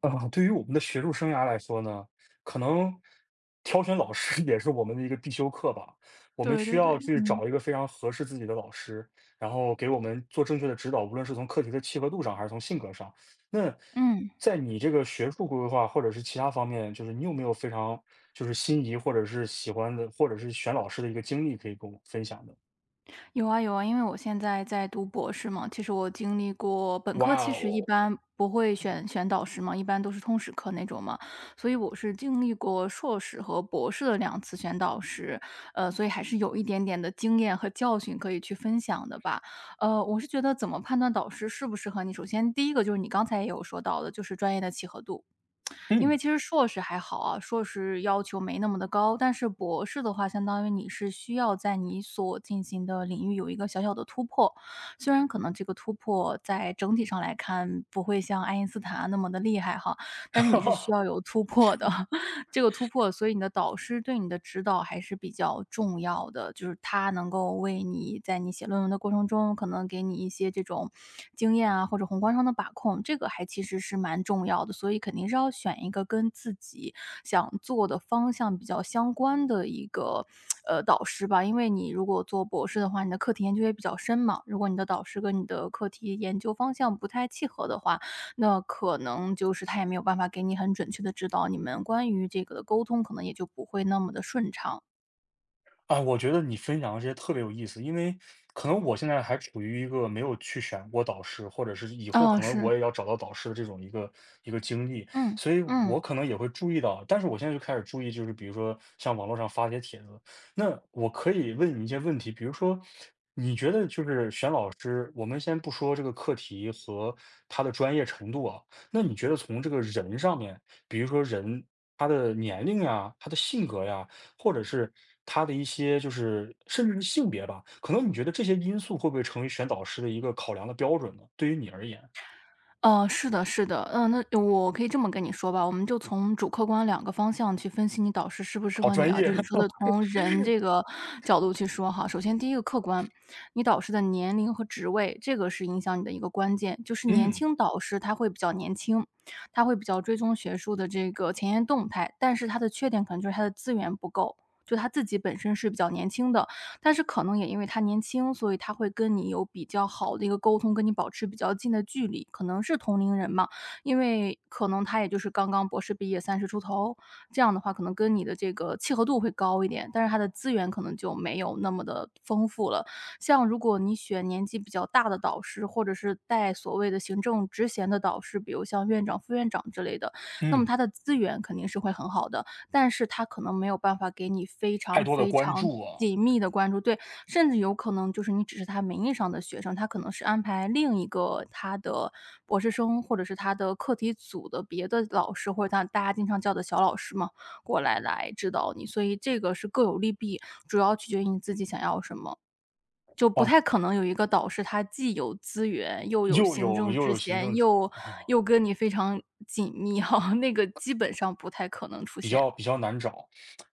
啊，对于我们的学术生涯来说呢，可能挑选老师 也是我们的一个必修课吧。我们对需对对，要去嗯找一个非常合适自己的老师，然后给我们做正确的指导，无论是从课题的契合度上，还是从性格上。那嗯，在你这个学术规划或者是其他方面，就是你有没有非常就是心仪或者是喜欢的，或者是选老师的一个经历可以跟我分享的？有啊有啊，因为我现在在读博士嘛，其实我经历过本科，哇其实一哦，般不会选导师嘛，一般都是通识课那种嘛，所以我是经历过硕士和博士的2次选导师，所以还是有一点点的经验和教训可以去分享的吧。我是觉得怎么判断导师适不适合你，首先第一个就是你刚才也有说到的，就是专业的契合度。因为嗯 其实硕士还好啊，硕士要求没那么的高，但是博士的话，相当于你是需要在你所进行的领域有一个小小的突破。虽然可能这个突破在整体上来看，不会像爱因斯坦啊那么的厉害哈，但是你是需要 有突破的。这个突破，所以你的导师对你的指导还是比较重要的，就是他能够为你在你写论文的过程中，可能给你一些这种经验啊，或者宏观上的把控，这个还其实是蛮重要的。所以肯定是要选一个跟自己想做的方向比较相关的一个导师吧，因为你如果做博士的话，你的课题研究也比较深嘛，如果你的导师跟你的课题研究方向不太契合的话，那可能就是他也没有办法给你很准确的指导，你们关于这个的沟通可能也就不会那么的顺畅。啊，我觉得你分享的这些特别有意思，因为可能我现在还处于一个没有去选过导师，或者是以后哦，可嗯能是。我也要找到导师的这种一个经历，嗯，所以嗯。我可能也会注意到，但是我现在就开始注意，就是比如说像网络上发一些帖子，那我可以问你一些问题，比如说你觉得就是选老师，我们先不说这个课题和他的专业程度啊，那你觉得从这个人上面，比如说人他的年龄呀、他的性格呀，或者是他的一些就是甚至是性别吧，可能你觉得这些因素会不会成为选导师的一个考量的标准呢？对于你而言，是的，是的，嗯，那我可以这么跟你说吧，我们就从主客观两个方向去分析你导师适不适好合你专啊。就业。你说 的，从人这个角度去说哈。首先，第一个客观，你导师的年龄和职位，这个是影响你的一个关键。就是年嗯轻导师他会比较年轻，他会比较追踪学术的这个前沿动态，但是他的缺点可能就是他的资源不够，就他自己本身是比较年轻的，但是可能也因为他年轻，所以他会跟你有比较好的一个沟通，跟你保持比较近的距离，可能是同龄人嘛。因为可能他也就是刚刚博士毕业30出头，这样的话可能跟你的这个契合度会高一点，但是他的资源可能就没有那么的丰富了。像如果你选年纪比较大的导师，或者是带所谓的行政职衔的导师，比如像院长、副院长之类的，那么嗯，他的资源肯定是会很好的。但是他可能没有办法给你非太常多的非关常注啊，紧密的关注，对，甚至有可能就是你只是他名义上的学生，他可能是安排另一个他的博士生，或者是他的课题组的别的老师，或者他大家经常叫的小老师嘛，过来来指导你，所以这个是各有利弊，主要取决于你自己想要什么。就不啊，太可能有一个导师，他既有资源，又有又行有政又之有行嫌，政又啊，又跟你非常紧密哈，那个基本上不太可能出比现。较比较难找。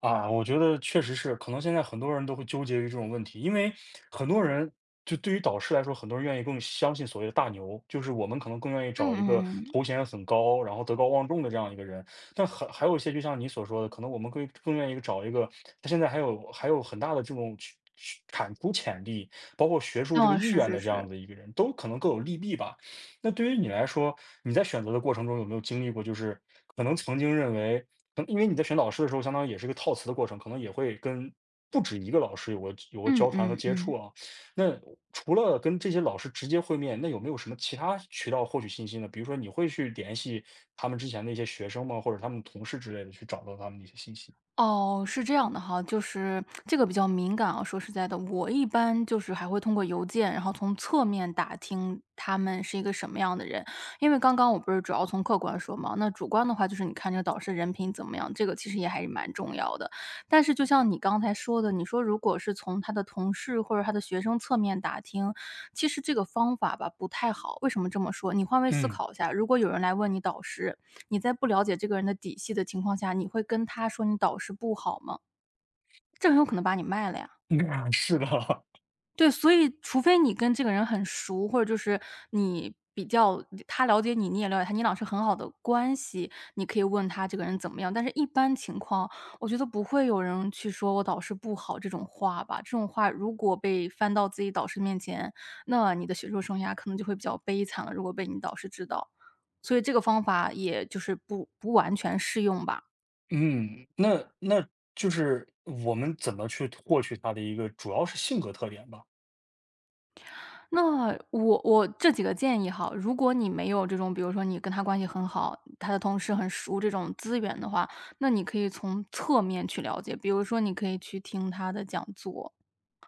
啊，我觉得确实是，可能现在很多人都会纠结于这种问题，因为很多人就对于导师来说，很多人愿意更相信所谓的大牛，就是我们可能更愿意嗯找一个嗯嗯，头衔很高，然后德高望重的这样一个人。但还有一些，就像你所说的，可能我们更愿意找一个他现在还有很大的这种去产出潜力，包括学术这个哦，意是愿是的这样是，的一个人，都可能各有利弊吧。那对于你来说，你在选择的过程中有没有经历过，就是可能曾经认为可能因为你在选导师的时候，相当于也是一个套词的过程，可能也会跟不止一个老师有过嗯交谈和嗯接触嗯，啊。那除了跟这些老师直接会面，那有没有什么其他渠道获取信息呢？比如说你会去联系他们之前的一些学生吗？或者他们同事之类的，去找到他们的一些信息？哦，是这样的哈，就是这个比较敏感啊，说实在的，我一般就是还会通过邮件，然后从侧面打听他们是一个什么样的人。因为刚刚我不是主要从客观说嘛，那主观的话就是你看这个导师人品怎么样，这个其实也还是蛮重要的。但是就像你刚才说的，你说如果是从他的同事或者他的学生侧面打听，其实这个方法吧不太好。为什么这么说？你换位思嗯，考一下，如果有人来问你导师，你在不了解这个人的底细的情况下，你会跟他说你导师不好吗？这很有可能把你卖了呀。那是的。对，所以除非你跟这个人很熟，或者就是你比较他了解你，你也了解他，你俩是很好的关系，你可以问他这个人怎么样。但是一般情况，我觉得不会有人去说我导师不好这种话吧。这种话如果被翻到自己导师面前，那你的学术生涯可能就会比较悲惨了，如果被你导师知道。所以这个方法也就是不完全适用吧。嗯，那就是我们怎么去获取他的一个主要是性格特点吧。那我这几个建议哈，如果你没有这种，比如说你跟他关系很好，他的同事很熟这种资源的话，那你可以从侧面去了解，比如说你可以去听他的讲座，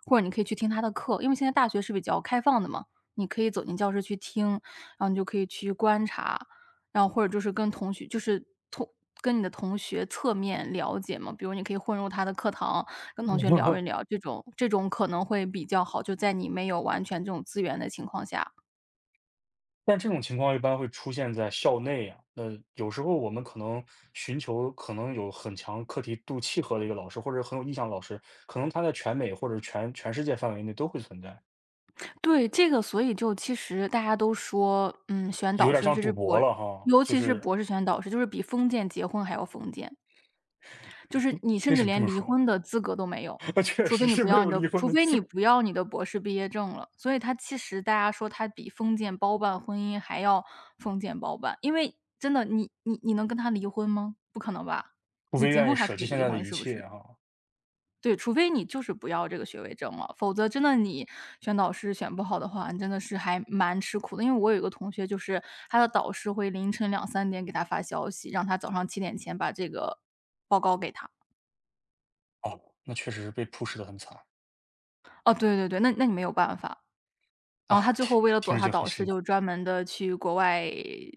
或者你可以去听他的课，因为现在大学是比较开放的嘛，你可以走进教室去听，然后你就可以去观察，然后或者就是跟同学就是同跟你的同学侧面了解嘛，比如你可以混入他的课堂，跟 同学聊一嗯，聊，这种这种可能会比较好，就在你没有完全这种资源的情况下。但这种情况一般会出现在校内啊，那有时候我们可能寻求可能有很强课题度契合的一个老师，或者很有意向的老师，可能他在全美或者全世界范围内都会存在，对，这个所以就其实大家都说，嗯，选有导点师，像赌博了哈。尤就其是是博士选导师，就是比封建结婚还要封建。就是你甚为至什么这连么离说？婚的资格都没有，那确除非实你是不没要你有的离婚除的非资你格，不要你的博士毕业证了。所以它其实大家说它比封建包办婚姻还要封建包办，因为真的你能跟他离婚吗？不可能吧？除你非结愿婚意还舍可以弃现离在的婚一是不是？切哈。对，除非你就是不要这个学位证了，否则真的你选导师选不好的话，你真的是还蛮吃苦的。因为我有一个同学，就是他的导师会凌晨2、3点给他发消息，让他早上7点前把这个报告给他。哦，那确实是被 PU 的很惨哦，对对对，那那你没有办法。啊，然后他最听后为了听躲着他就很导师，辛苦。就专门的去国外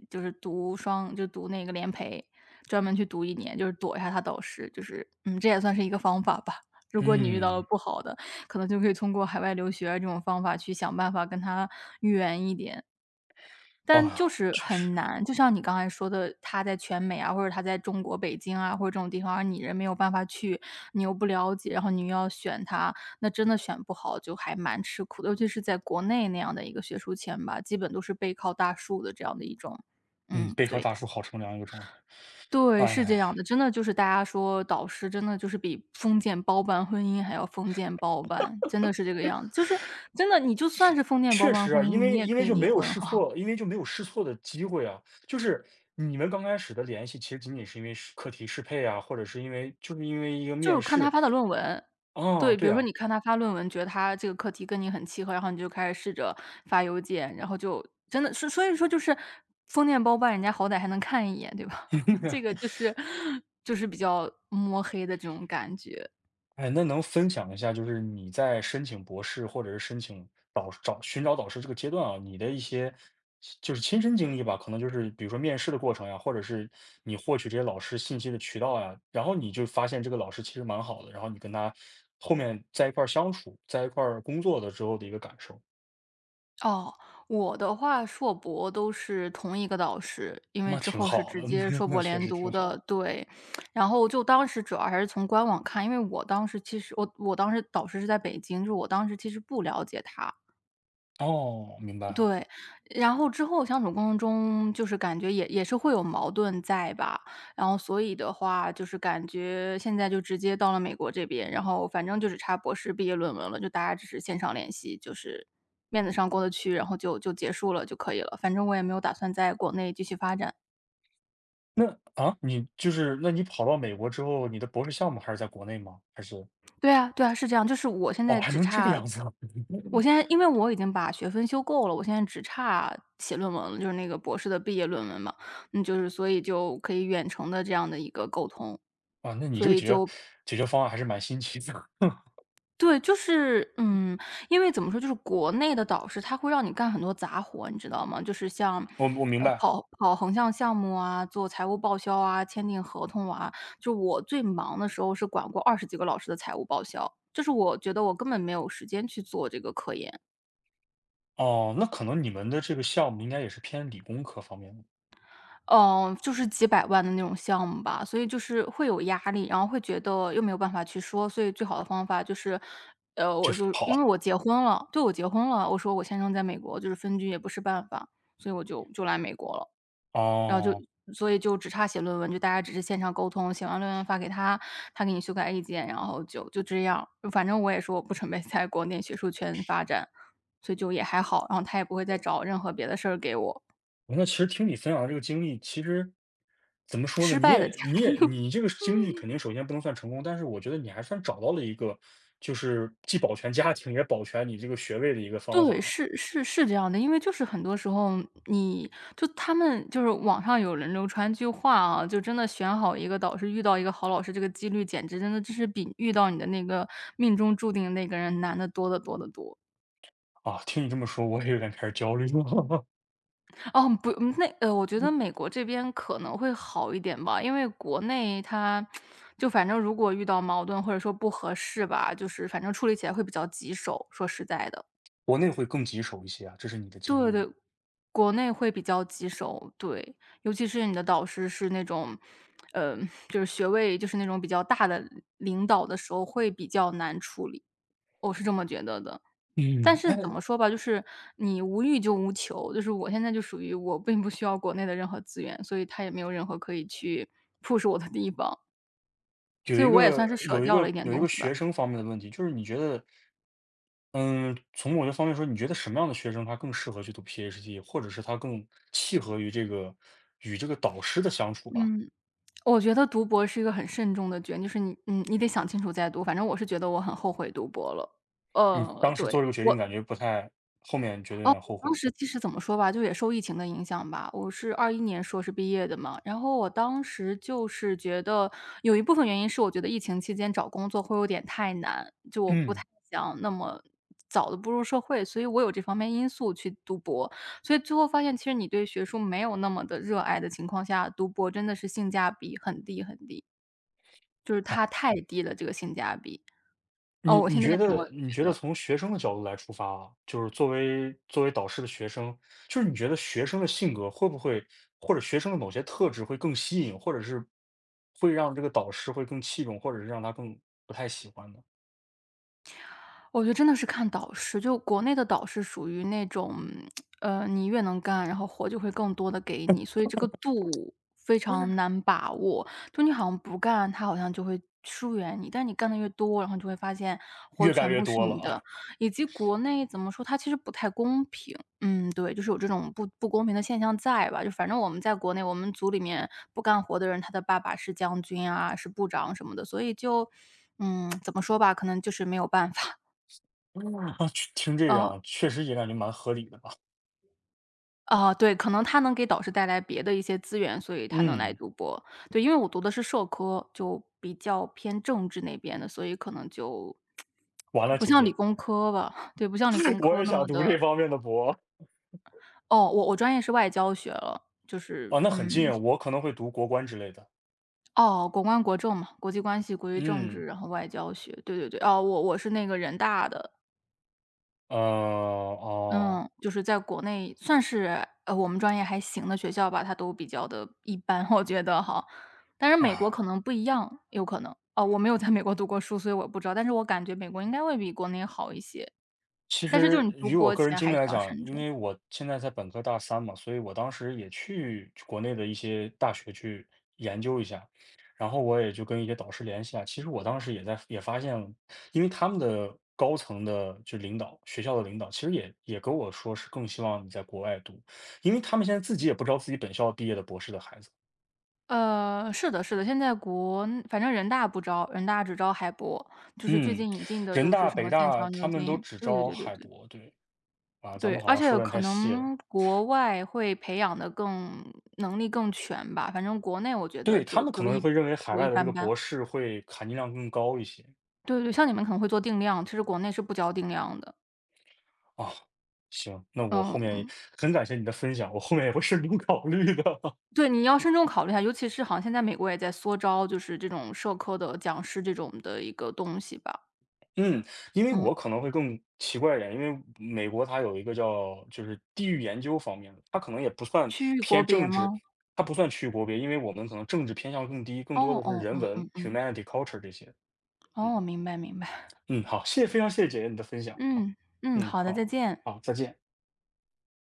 就是读双就读那个联培，专门去读1年，就是躲一下他导师，就是嗯，这也算是一个方法吧。如果你遇到了嗯，不好的，可能就可以通过海外留学啊这种方法去想办法跟他远一点。哦，但就是确实，很难，就像你刚才说的，他在全美啊，或者他在中国北京啊，或者这种地方，而你人没有办法去，你又不了解，然后你又要选他，那真的选不好就还蛮吃苦的。尤其是在国内那样的一个学术圈吧，基本都是背靠大树的这样的一种嗯，嗯，背靠对。大树好乘凉一个状态，对，是这样哎。的，真的就是大家说导师真的就是比封建包办婚姻还要封建包办，真的是这个样子。就是真的你就算是封建包确办实啊，婚因姻，你为也因可为以就离没有婚试哈。错因为就没有试错的机会啊。就是你们刚开始的联系，其实仅仅是因为是课题适配啊，或者是因为就是因为一个就是面看他试。发的论文。啊，对，比对如说啊。你看他发论文，觉得他这个课题跟你很契合，然后你就开始试着发邮件，然后就真的是所以说就是封建包办，人家好歹还能看一眼，对吧？这个 就是比较摸黑的这种感觉。哎，那能分享一下，就是你在申请博士或者是申请导找寻找导师这个阶段啊，你的一些就是亲身经历吧，可能就是比如说面试的过程呀，或者是你获取这些老师信息的渠道呀，然后你就发现这个老师其实蛮好的，然后你跟他后面在一块儿相处，在一块儿工作的之后的一个感受，哦，我的话硕博都是同一个导师，因为那之挺后是好直的，接那硕博那确连实读挺好。的，对。然后就当时主要还是从官网看，因为我当时其实我当时导师是在北京，就是我当时其实不了解他，哦，明白了。对，然后之后相处过程中，就是感觉也是会有矛盾在吧，然后所以的话，就是感觉现在就直接到了美国这边，然后反正就只差博士毕业论文了，就大家只是线上联系，就是面子上过得去，然后就结束了就可以了。反正我也没有打算在国内继续发展。那啊，你就是那你跑到美国之后，你的博士项目还是在国内吗？还是对啊对啊，是这样。哦，还能这个样子啊？我现 在因为我已经把学分修够了，我现在只差写论文了，就是那个博士的毕业论文嘛。嗯，就是所以就可以远程的这样的一个沟通，啊，那你所这个以解决就解决方案还是蛮新奇的。对，就是嗯，因为怎么说，就是国内的导师他会让你干很多杂活，你知道吗？就是像，我明白。跑跑横向项目啊，做财务报销啊，签订合同啊。就我最忙的时候是管过20几个老师的财务报销，就是我觉得我根本没有时间去做这个科研。哦，那可能你们的这个项目应该也是偏理工科方面的，嗯，就是几百万的那种项目吧，所以就是会有压力，然后会觉得又没有办法去说，所以最好的方法就是，我就是 就因好。为我结婚了，对，我结婚了，我说我先生在美国，就是分居也不是办法，所以我就来美国了，然后就哦，所以就只差写论文，就大家只是线上沟通，写完论文发给他，他给你修改意见，然后就这样，反正我也说我不准备在国内学术圈发展，所以就也还好，然后他也不会再找任何别的事儿给我，那其实听你分享的这个经历，其实怎么说呢？失你败的。也你也你这个经历肯定首先不能算成功，但是我觉得你还算找到了一个，就是既保全家庭也保全你这个学位的一个方对，法是是是这样的，因为就是很多时候你就他们就是网上有人流传句话啊，就真的选好一个导师，遇到一个好老师，这个几率简直真的就是比遇到你的那个命中注定的那个人难的多得多得多。啊。听你这么说，我也有点开始焦虑了。哦，不，嗯那我觉得美国这边可能会好一点吧，因为国内它就反正如果遇到矛盾或者说不合适吧，就是反正处理起来会比较棘手，说实在的。国内会更棘手一些啊，这是你的经对历对，吗？国内会比较棘手，对。尤其是你的导师是那种，呃，就是学位就是那种比较大的领导的时候会比较难处理，我是这么觉得的。但嗯，是怎哎，么说吧，就是你无欲就无求，就是我现在就属于我并不需要国内的任何资源，所以他也没有任何可以去 push 我的地方，有所以一我也算是个舍有一掉了个一点有一东个西吧，学生方面的问题，就是你觉得，嗯，从某些方面说，你觉得什么样的学生他更适合去读 PhD，或者是他更契合于与这个导师的相处吧？嗯。我觉得读博是一个很慎重的决定，就是你嗯，你得想清楚再读。反正我是觉得我很后悔读博了。你当时做对，这个决我定，感觉不太，后面觉得有点后当悔。时其实怎么说吧，就也受疫情的影响吧。我是21年硕士毕业的嘛，然后我当时就是觉得有一部分原因是我觉得疫情期间找工作会有点太难，就我不太嗯。想那么早的步入社会，所以我有这方面因素去读博。所以最后发现，其实你对学术没有那么的热爱的情况下，读博真的是性价比很低很低。就是它太低了，这个性价比。你哦，我你现在觉这么得你觉觉得得。从学生的角度来出发啊，就是作为导师的学生，就是你觉得学生的性格会不会，或者学生的某些特质会更吸引，或者是会让这个导师会更器重，或者是让他更不太喜欢呢？我觉得真的是看导师，就国内的导师属于那种，你越能干，然后活就会更多的给你，所以这个度非常难把握。就你好像不干，他好像就会疏远你，但你干的越多，然后就会发现活越干全越部是多了你的。啊，以及国内怎么说，它其实不太公平，嗯，对，就是有这种不公平的现象在吧。就反正我们在国内，我们组里面不干活的人，他的爸爸是将军啊，是部长什么的，所以就，嗯，怎么说吧，可能就是没有办法。啊，听这样哦，啊确实也感觉蛮合理的吧。啊，对，可能他能给导师带来别的一些资源，所以他能来嗯，读博。对，因为我读的是社科，就比较偏政治那边的，所以可能就完了，不姐像理姐，工科吧，对，不像理工 我科也那想么读这的。方面的博。哦，我我专业是外交学了，就是哦，那很嗯，近，我可能会读国关之类的。哦，国关国政嘛，国际关系、国际政嗯，治，然后外交学，对对对，哦，我我是那个人大的。哦，嗯，就是在国内算是，我们专业还行的学校吧，它都比较的一般，我觉得哈。但是美国可啊。能不一样，有可能。哦，我没有在美国读过书，所以我不知道，但是我感觉美国应该会比国内好一些，其但是就是实你读以我博个人前经还历是来要慎讲，因重。为我现在在本科大三嘛，所以我当时也去国内的一些大学去研究一下，然后我也就跟一些导师联系啊。其实我当时也发现了，因为他们的高层的就领导，学校的领导，其实也跟我说是更希望你在国外读，因为他们现在自己也不招自己本校毕业的博士的孩子。是的是的，现在国反正人大不招，人大只招海博，就是最嗯，近引进的人都是大、什北么剑大桥、牛他们都津，只对对招对对海对。博，对啊，咱对，们好而像且说的可太细了。能国外会培养的更能力更全吧，反正国内我觉得对，他就们可就能一会认为海就一外的这般个般。博士会含金量更高一些。对对，像你们可能会做定量，其实国内是不教定量的。啊，行，那我后嗯，面很感谢你的分享，我后面也会慎重考虑的。对，你要慎重考虑一下，尤其是好像现在美国也在缩招，就是这种社科的讲师这种的一个东西吧。嗯，因为嗯，我可能会更奇怪一点，因为美国它有一个叫就是地域研究方面的，它可能也不算区域国偏别政治，吗？它不算区域国别，因为我们可能政治偏向更低，更哦多的是哦，人嗯文 嗯嗯，humanity culture 这些。哦，嗯明白明白。嗯，好，谢谢，非常谢谢姐姐你的分享啊。嗯，嗯，嗯，好的，再好，见。好，再见。